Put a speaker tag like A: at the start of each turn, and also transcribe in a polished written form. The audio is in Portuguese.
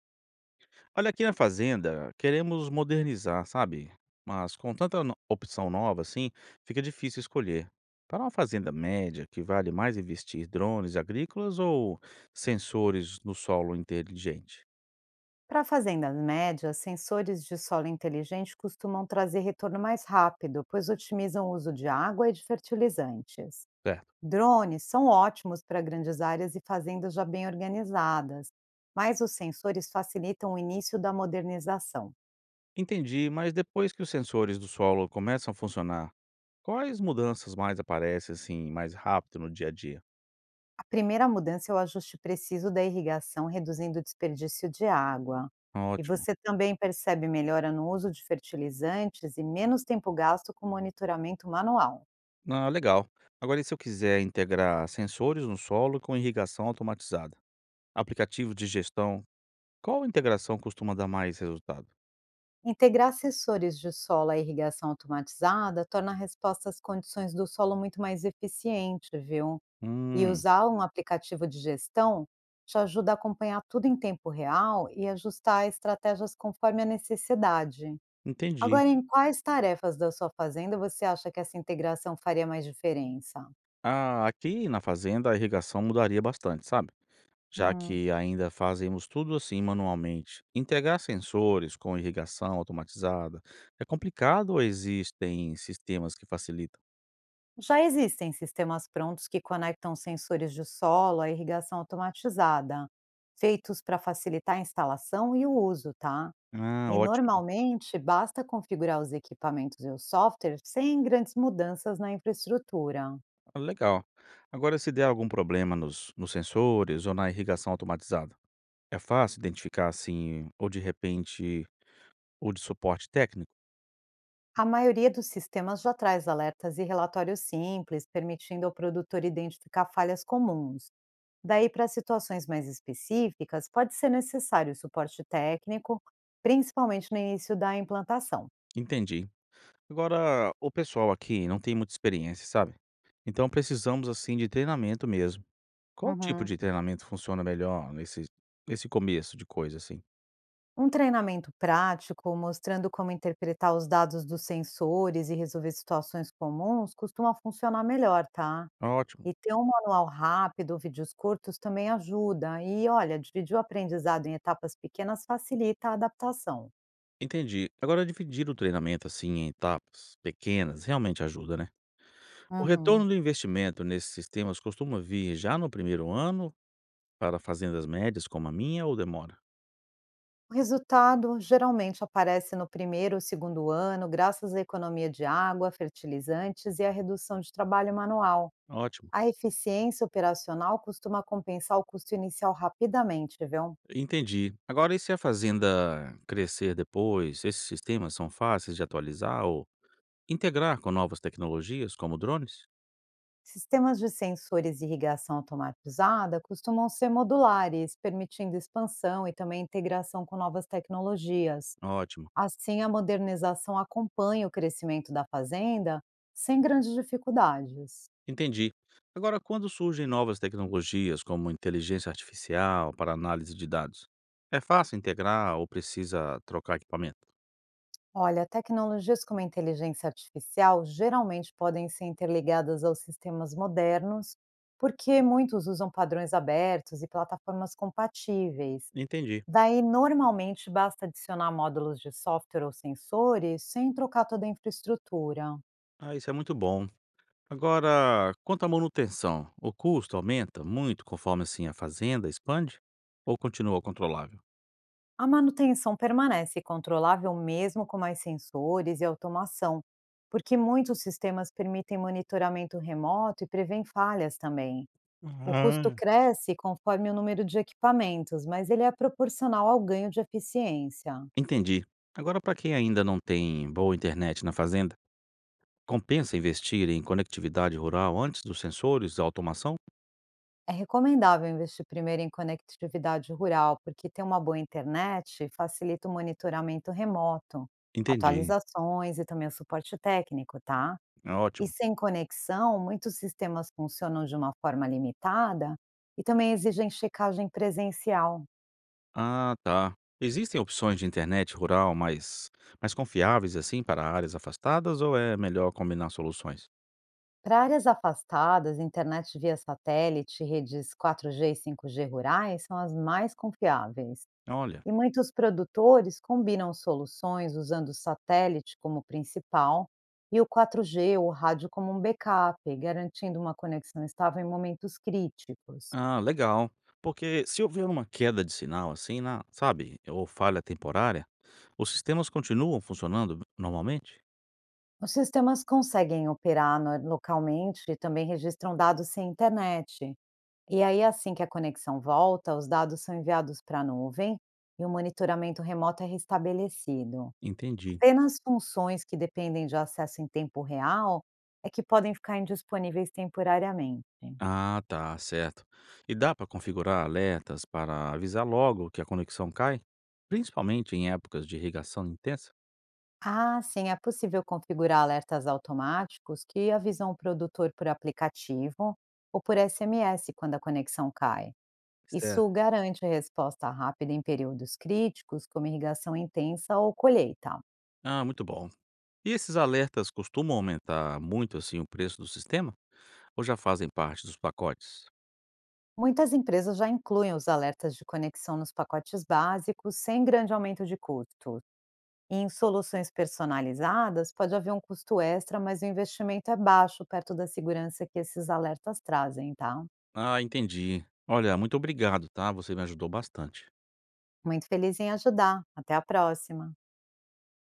A: Olha, aqui na fazenda, queremos modernizar, sabe? Mas com tanta opção nova assim, fica difícil escolher. Para uma fazenda média, que vale mais investir drones agrícolas ou sensores no solo inteligente,
B: Para fazendas médias, sensores de solo inteligente costumam trazer retorno mais rápido, pois otimizam o uso de água e de fertilizantes.
A: certo?
B: Drones são ótimos para grandes áreas e fazendas já bem organizadas, mas os sensores facilitam o início da modernização.
A: Entendi, mas depois que os sensores do solo começam a funcionar, quais mudanças mais aparecem assim, mais rápido no dia a dia?
B: A primeira mudança é o ajuste preciso da irrigação, reduzindo o desperdício de água. E
A: Ótimo.
B: você também percebe melhora no uso de fertilizantes e menos tempo gasto com monitoramento manual.
A: Ah, legal. Agora, e se eu quiser integrar sensores no solo com irrigação automatizada? Aplicativo de gestão. Qual integração costuma dar mais resultado?
B: Integrar sensores de solo à irrigação automatizada torna a resposta às condições do solo muito mais eficiente, viu? E
A: Hum,
B: usar um aplicativo de gestão te ajuda a acompanhar tudo em tempo real e ajustar estratégias conforme a necessidade.
A: entendi.
B: Agora, em quais tarefas da sua fazenda você acha que essa integração faria mais diferença?
A: Ah, aqui na fazenda a irrigação mudaria bastante, sabe? Já
B: Hum.
A: que ainda fazemos tudo assim manualmente. Integrar sensores com irrigação automatizada é complicado ou existem sistemas que facilitam?
B: Já existem sistemas prontos que conectam sensores de solo à irrigação automatizada, feitos para facilitar a instalação e o uso, tá?
A: Ah,
B: E
A: ótimo.
B: normalmente basta configurar os equipamentos e o software sem grandes mudanças na infraestrutura.
A: Ah, legal. Agora, se der algum problema nos sensores ou na irrigação automatizada, é fácil identificar assim, ou de repente, ou de suporte técnico?
B: A maioria dos sistemas já traz alertas e relatórios simples, permitindo ao produtor identificar falhas comuns. Daí, para situações mais específicas, pode ser necessário suporte técnico, principalmente no início da implantação.
A: Entendi. Agora, o pessoal aqui não tem muita experiência, sabe? Então precisamos assim de treinamento mesmo. Qual tipo
B: Uhum.
A: de treinamento funciona melhor nesse começo de coisa assim?
B: Um treinamento prático, mostrando como interpretar os dados dos sensores e resolver situações comuns, costuma funcionar melhor, tá?
A: Ótimo.
B: E ter um manual rápido, vídeos curtos também ajuda. E olha, dividir o aprendizado em etapas pequenas facilita a adaptação.
A: Entendi. Agora dividir o treinamento assim em etapas pequenas realmente ajuda, né? O
B: Uhum.
A: retorno do investimento nesses sistemas costuma vir já no primeiro ano para fazendas médias como a minha ou demora?
B: O resultado geralmente aparece no primeiro ou segundo ano, graças à economia de água, fertilizantes e à redução de trabalho manual.
A: Ótimo.
B: A eficiência operacional costuma compensar o custo inicial rapidamente, viu?
A: Entendi. Agora, e se a fazenda crescer depois, esses sistemas são fáceis de atualizar, integrar com novas tecnologias, como drones?
B: Sistemas de sensores de irrigação automatizada costumam ser modulares, permitindo expansão e também integração com novas tecnologias.
A: Ótimo,
B: Assim, a modernização acompanha o crescimento da fazenda sem grandes dificuldades.
A: entendi. Agora, quando surgem novas tecnologias, como inteligência artificial para análise de dados, é fácil integrar ou precisa trocar equipamento?
B: Olha, tecnologias como a inteligência artificial geralmente podem ser interligadas aos sistemas modernos, porque muitos usam padrões abertos e plataformas compatíveis.
A: Entendi.
B: Daí, normalmente, basta adicionar módulos de software ou sensores sem trocar toda a infraestrutura.
A: Ah, isso é muito bom. Agora, quanto à manutenção, o custo aumenta muito conforme assim a fazenda expande ou continua controlável?
B: A manutenção permanece controlável mesmo com mais sensores e automação, porque muitos sistemas permitem monitoramento remoto e prevêem falhas também. O custo
A: Ah,
B: cresce conforme o número de equipamentos, mas ele é proporcional ao ganho de eficiência.
A: entendi. Agora, para quem ainda não tem boa internet na fazenda, compensa investir em conectividade rural antes dos sensores, da automação?
B: É recomendável investir primeiro em conectividade rural, porque ter uma boa internet facilita o monitoramento remoto,
A: Entendi.
B: atualizações e também o suporte técnico, tá?
A: É
B: E
A: ótimo.
B: sem conexão, muitos sistemas funcionam de uma forma limitada e também exigem checagem presencial.
A: Ah, tá. Existem opções de internet rural mais confiáveis assim para áreas afastadas ou é melhor combinar soluções?
B: Para áreas afastadas, internet via satélite e redes 4G e 5G rurais são as mais confiáveis.
A: Olha.
B: E muitos produtores combinam soluções usando o satélite como principal e o 4G ou rádio como um backup, garantindo uma conexão estável em momentos críticos.
A: Ah, legal. Porque se houver uma queda de sinal assim, na, sabe, ou falha temporária, os sistemas continuam funcionando normalmente?
B: Os sistemas conseguem operar localmente e também registram dados sem internet. E aí, assim que a conexão volta, os dados são enviados para a nuvem e o monitoramento remoto é restabelecido.
A: Entendi.
B: Apenas funções que dependem de acesso em tempo real é que podem ficar indisponíveis temporariamente.
A: Ah, tá, certo. E dá para configurar alertas para avisar logo que a conexão cai, principalmente em épocas de irrigação intensa?
B: Ah, sim, é possível configurar alertas automáticos que avisam o produtor por aplicativo ou por SMS quando a conexão cai.
A: Certo.
B: Isso garante a resposta rápida em períodos críticos, como irrigação intensa ou colheita.
A: Ah, muito bom. E esses alertas costumam aumentar muito assim o preço do sistema ou já fazem parte dos pacotes?
B: Muitas empresas já incluem os alertas de conexão nos pacotes básicos, sem grande aumento de custo. E em soluções personalizadas, pode haver um custo extra, mas o investimento é baixo perto da segurança que esses alertas trazem, tá?
A: Ah, entendi. Olha, muito obrigado, tá? Você me ajudou bastante.
B: Muito feliz em ajudar. Até a próxima.